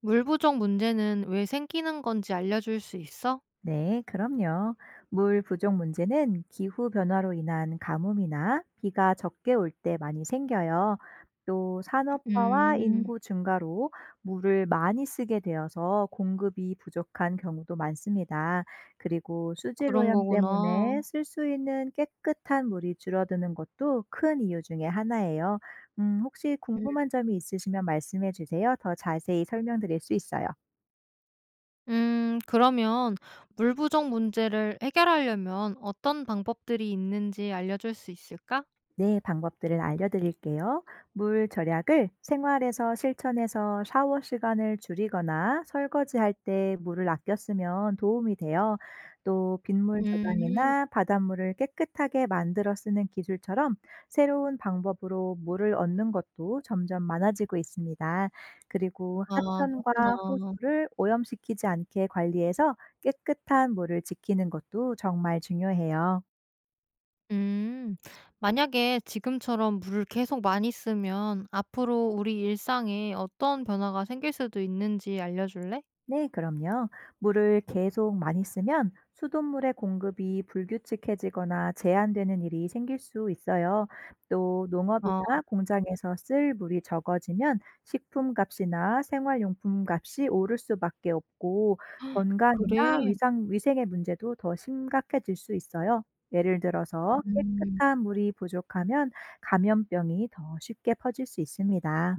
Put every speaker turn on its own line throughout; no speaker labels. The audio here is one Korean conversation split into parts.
물 부족 문제는 왜 생기는 건지 알려줄 수 있어?
네, 그럼요. 물 부족 문제는 기후 변화로 인한 가뭄이나 비가 적게 올 때 많이 생겨요. 또 산업화와
음.
인구 증가로 물을 많이 쓰게 되어서 공급이 부족한 경우도 많습니다. 그리고 수질
그런
오염
거구나.
때문에 쓸 수 있는 깨끗한 물이 줄어드는 것도 큰 이유 중에 하나예요. 혹시
음.
궁금한 점이 있으시면 말씀해 주세요. 더 자세히 설명드릴 수 있어요.
그러면 물 부족 문제를 해결하려면 어떤 방법들이 있는지 알려줄 수 있을까?
네, 방법들을 알려드릴게요. 물 절약을 생활에서 실천해서 샤워 시간을 줄이거나 설거지할 때 물을 아껴 쓰면 도움이 돼요. 또 빗물
음.
저장이나 바닷물을 깨끗하게 만들어 쓰는 기술처럼 새로운 방법으로 물을 얻는 것도 점점 많아지고 있습니다. 그리고
아,
하천과
그렇구나.
호수를 오염시키지 않게 관리해서 깨끗한 물을 지키는 것도 정말 중요해요.
음. 만약에 지금처럼 물을 계속 많이 쓰면 앞으로 우리 일상에 어떤 변화가 생길 수도 있는지 알려줄래?
네, 그럼요. 물을 계속 많이 쓰면 수돗물의 공급이 불규칙해지거나 제한되는 일이 생길 수 있어요. 또
아.
농업이나 공장에서 쓸 물이 적어지면 식품 값이나 생활용품 값이 오를 수밖에 없고
그래?
건강이나 위상, 위생의 문제도 더 심각해질 수 있어요. 예를 들어서
음.
깨끗한 물이 부족하면 감염병이 더 쉽게 퍼질 수 있습니다.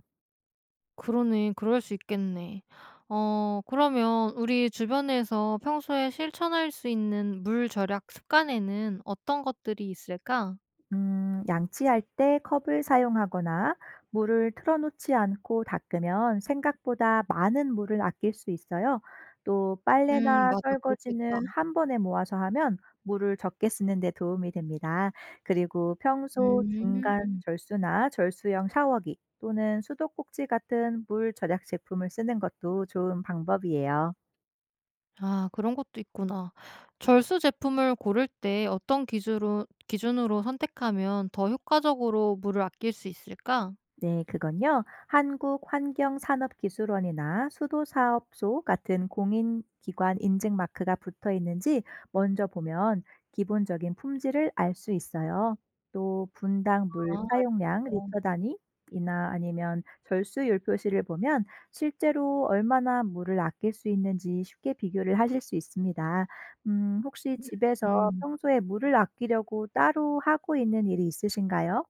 그러네. 그럴 수 있겠네. 어 그러면 우리 주변에서 평소에 실천할 수 있는 물 절약 습관에는 어떤 것들이 있을까?
양치할 때 컵을 사용하거나 물을 틀어놓지 않고 닦으면 생각보다 많은 물을 아낄 수 있어요. 또 빨래나
맞아. 그렇겠다.
설거지는 한 번에 모아서 하면 물을 적게 쓰는 데 도움이 됩니다. 그리고 평소 중간
음.
절수나 절수형 샤워기 또는 수도꼭지 같은 물 절약 제품을 쓰는 것도 좋은 방법이에요.
아 그런 것도 있구나. 절수 제품을 고를 때 어떤 기준으로 선택하면 더 효과적으로 물을 아낄 수 있을까?
네, 그건요. 한국환경산업기술원이나 수도사업소 같은 공인기관 인증 마크가 붙어 있는지 먼저 보면 기본적인 품질을 알 수 있어요. 또 분당 물
아
사용량
알겠어.
리터 단위이나 아니면 절수율 표시를 보면 실제로 얼마나 물을 아낄 수 있는지 쉽게 비교를 하실 수 있습니다. 혹시 집에서
음.
평소에 물을 아끼려고 따로 하고 있는 일이 있으신가요?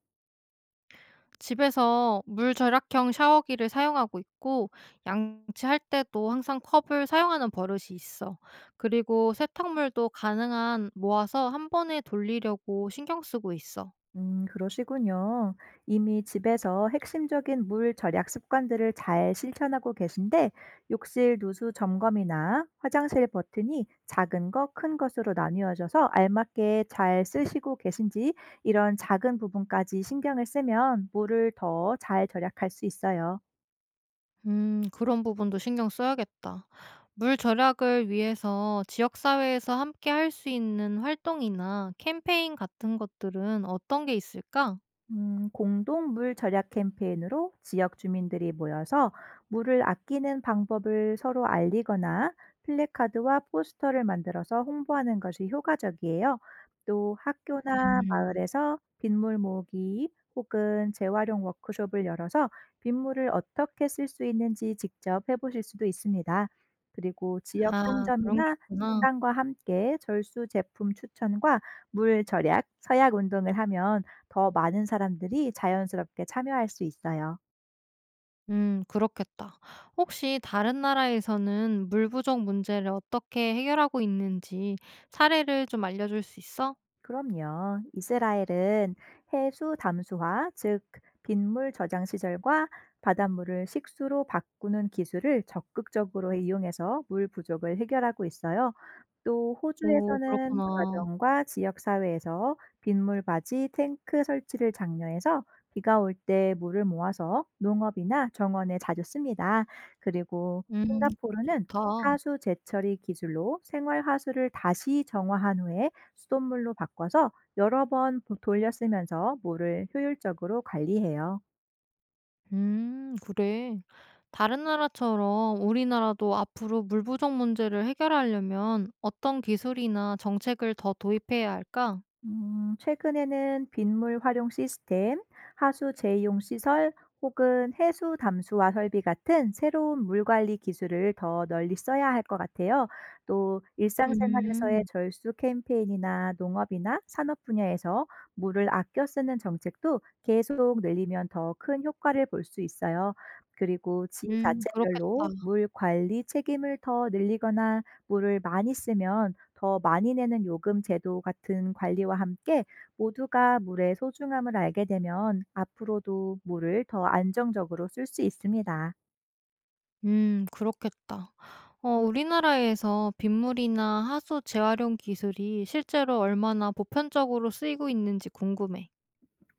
집에서 물 절약형 샤워기를 사용하고 있고 양치할 때도 항상 컵을 사용하는 버릇이 있어. 그리고 세탁물도 가능한 모아서 한 번에 돌리려고 신경 쓰고 있어.
그러시군요. 이미 집에서 핵심적인 물 절약 습관들을 잘 실천하고 계신데, 욕실 누수 점검이나 화장실 버튼이 작은 것, 큰 것으로 나뉘어져서 알맞게 잘 쓰시고 계신지, 이런 작은 부분까지 신경을 쓰면 물을 더 잘 절약할 수 있어요.
그런 부분도 신경 써야겠다. 물 절약을 위해서 지역사회에서 함께 할 수 있는 활동이나 캠페인 같은 것들은 어떤 게 있을까?
공동 물 절약 캠페인으로 지역 주민들이 모여서 물을 아끼는 방법을 서로 알리거나 플래카드와 포스터를 만들어서 홍보하는 것이 효과적이에요. 또 학교나
음.
마을에서 빗물 모으기 혹은 재활용 워크숍을 열어서 빗물을 어떻게 쓸 수 있는지 직접 해보실 수도 있습니다. 그리고 지역
아, 그런 게
상점이나
있구나.
식당과 함께 절수 제품 추천과 물 절약, 서약 운동을 하면 더 많은 사람들이 자연스럽게 참여할 수 있어요.
그렇겠다. 혹시 다른 나라에서는 물 부족 문제를 어떻게 해결하고 있는지 사례를 좀 알려줄 수 있어?
그럼요. 이스라엘은 해수 담수화, 즉 빗물 저장 시설과 바닷물을 식수로 바꾸는 기술을 적극적으로 이용해서 물 부족을 해결하고 있어요. 또
오,
호주에서는
그렇구나.
가정과 지역 사회에서 빗물 바지 탱크 설치를 장려해서 비가 올 때 물을 모아서 농업이나 정원에 자주 씁니다. 그리고
그거
싱가포르는
좋다.
하수 재처리 기술로 생활 하수를 다시 정화한 후에 수돗물로 바꿔서 여러 번 보 돌려 쓰면서 물을 효율적으로 관리해요.
그래. 다른 나라처럼 우리나라도 앞으로 물 부족 문제를 해결하려면 어떤 기술이나 정책을 더 도입해야 할까?
최근에는 빗물 활용 시스템, 하수 재용 시설 혹은 해수 담수화 설비 같은 새로운 물 관리 기술을 더 널리 써야 할 것 같아요. 또 일상생활에서의
음,
절수 캠페인이나 농업이나 산업 분야에서 물을 아껴 쓰는 정책도 계속 늘리면 더 큰 효과를 볼 수 있어요. 그리고
그렇겠다.
지자체별로 물 관리 책임을 더 늘리거나 물을 많이 쓰면 더 많이 내는 요금 제도 같은 관리와 함께 모두가 물의 소중함을 알게 되면 앞으로도 물을 더 안정적으로 쓸 수 있습니다.
그렇겠다. 어 우리나라에서 빗물이나 하수 재활용 기술이 실제로 얼마나 보편적으로 쓰이고 있는지 궁금해.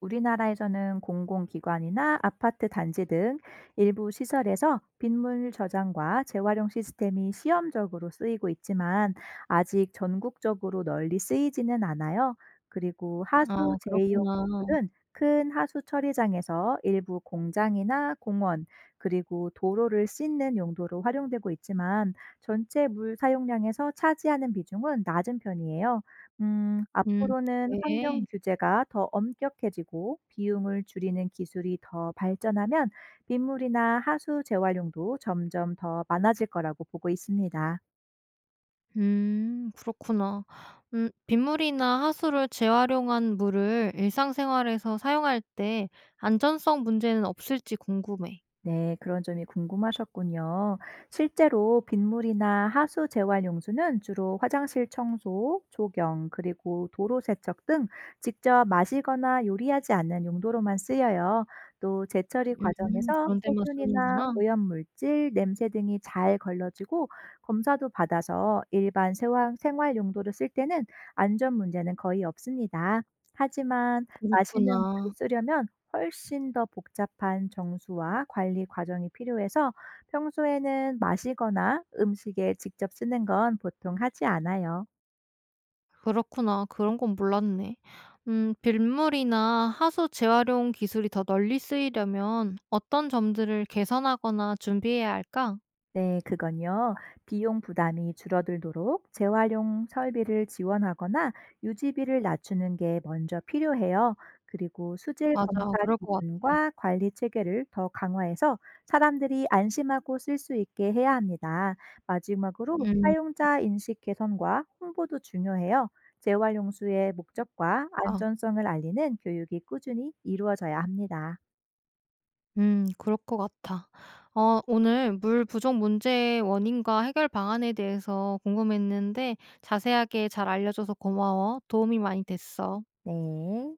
우리나라에서는 공공기관이나 아파트 단지 등 일부 시설에서 빗물 저장과 재활용 시스템이 시험적으로 쓰이고 있지만 아직 전국적으로 널리 쓰이지는 않아요. 그리고 하수
아
재이용
그렇구나.
기술은 큰 하수 처리장에서 일부 공장이나 공원, 그리고 도로를 씻는 용도로 활용되고 있지만 전체 물 사용량에서 차지하는 비중은 낮은 편이에요.
음
앞으로는 환경
그래?
규제가 더 엄격해지고 비용을 줄이는 기술이 더 발전하면 빗물이나 하수 재활용도 점점 더 많아질 거라고 보고 있습니다.
그렇구나. 빗물이나 하수를 재활용한 물을 일상생활에서 사용할 때 안전성 문제는 없을지 궁금해.
네, 그런 점이 궁금하셨군요. 실제로 빗물이나 하수 재활 용수는 주로 화장실 청소, 조경, 그리고 도로 세척 등 직접 마시거나 요리하지 않는 용도로만 쓰여요. 또 재처리 과정에서
그런 데만
세균이나
쓰는구나.
오염물질, 냄새 등이 잘 걸러지고 검사도 받아서 일반 생활 용도로 쓸 때는 안전 문제는 거의 없습니다. 하지만 마시는 물을
그렇구나.
쓰려면 훨씬 더 복잡한 정수와 관리 과정이 필요해서 평소에는 마시거나 음식에 직접 쓰는 건 보통 하지 않아요.
그렇구나. 그런 건 몰랐네. 빗물이나 하수 재활용 기술이 더 널리 쓰이려면 어떤 점들을 개선하거나 준비해야 할까?
네, 그건요. 비용 부담이 줄어들도록 재활용 설비를 지원하거나 유지비를 낮추는 게 먼저 필요해요. 그리고 수질
맞아,
검사
그럴 것 같아.
기준과 관리 체계를 더 강화해서 사람들이 안심하고 쓸 수 있게 해야 합니다. 마지막으로
음,
사용자 인식 개선과 홍보도 중요해요. 재활용수의 목적과
아,
안전성을 알리는 교육이 꾸준히 이루어져야 합니다.
그럴 것 같아. 어, 오늘 물 부족 문제의 원인과 해결 방안에 대해서 궁금했는데 자세하게 잘 알려줘서 고마워. 도움이 많이 됐어.
네.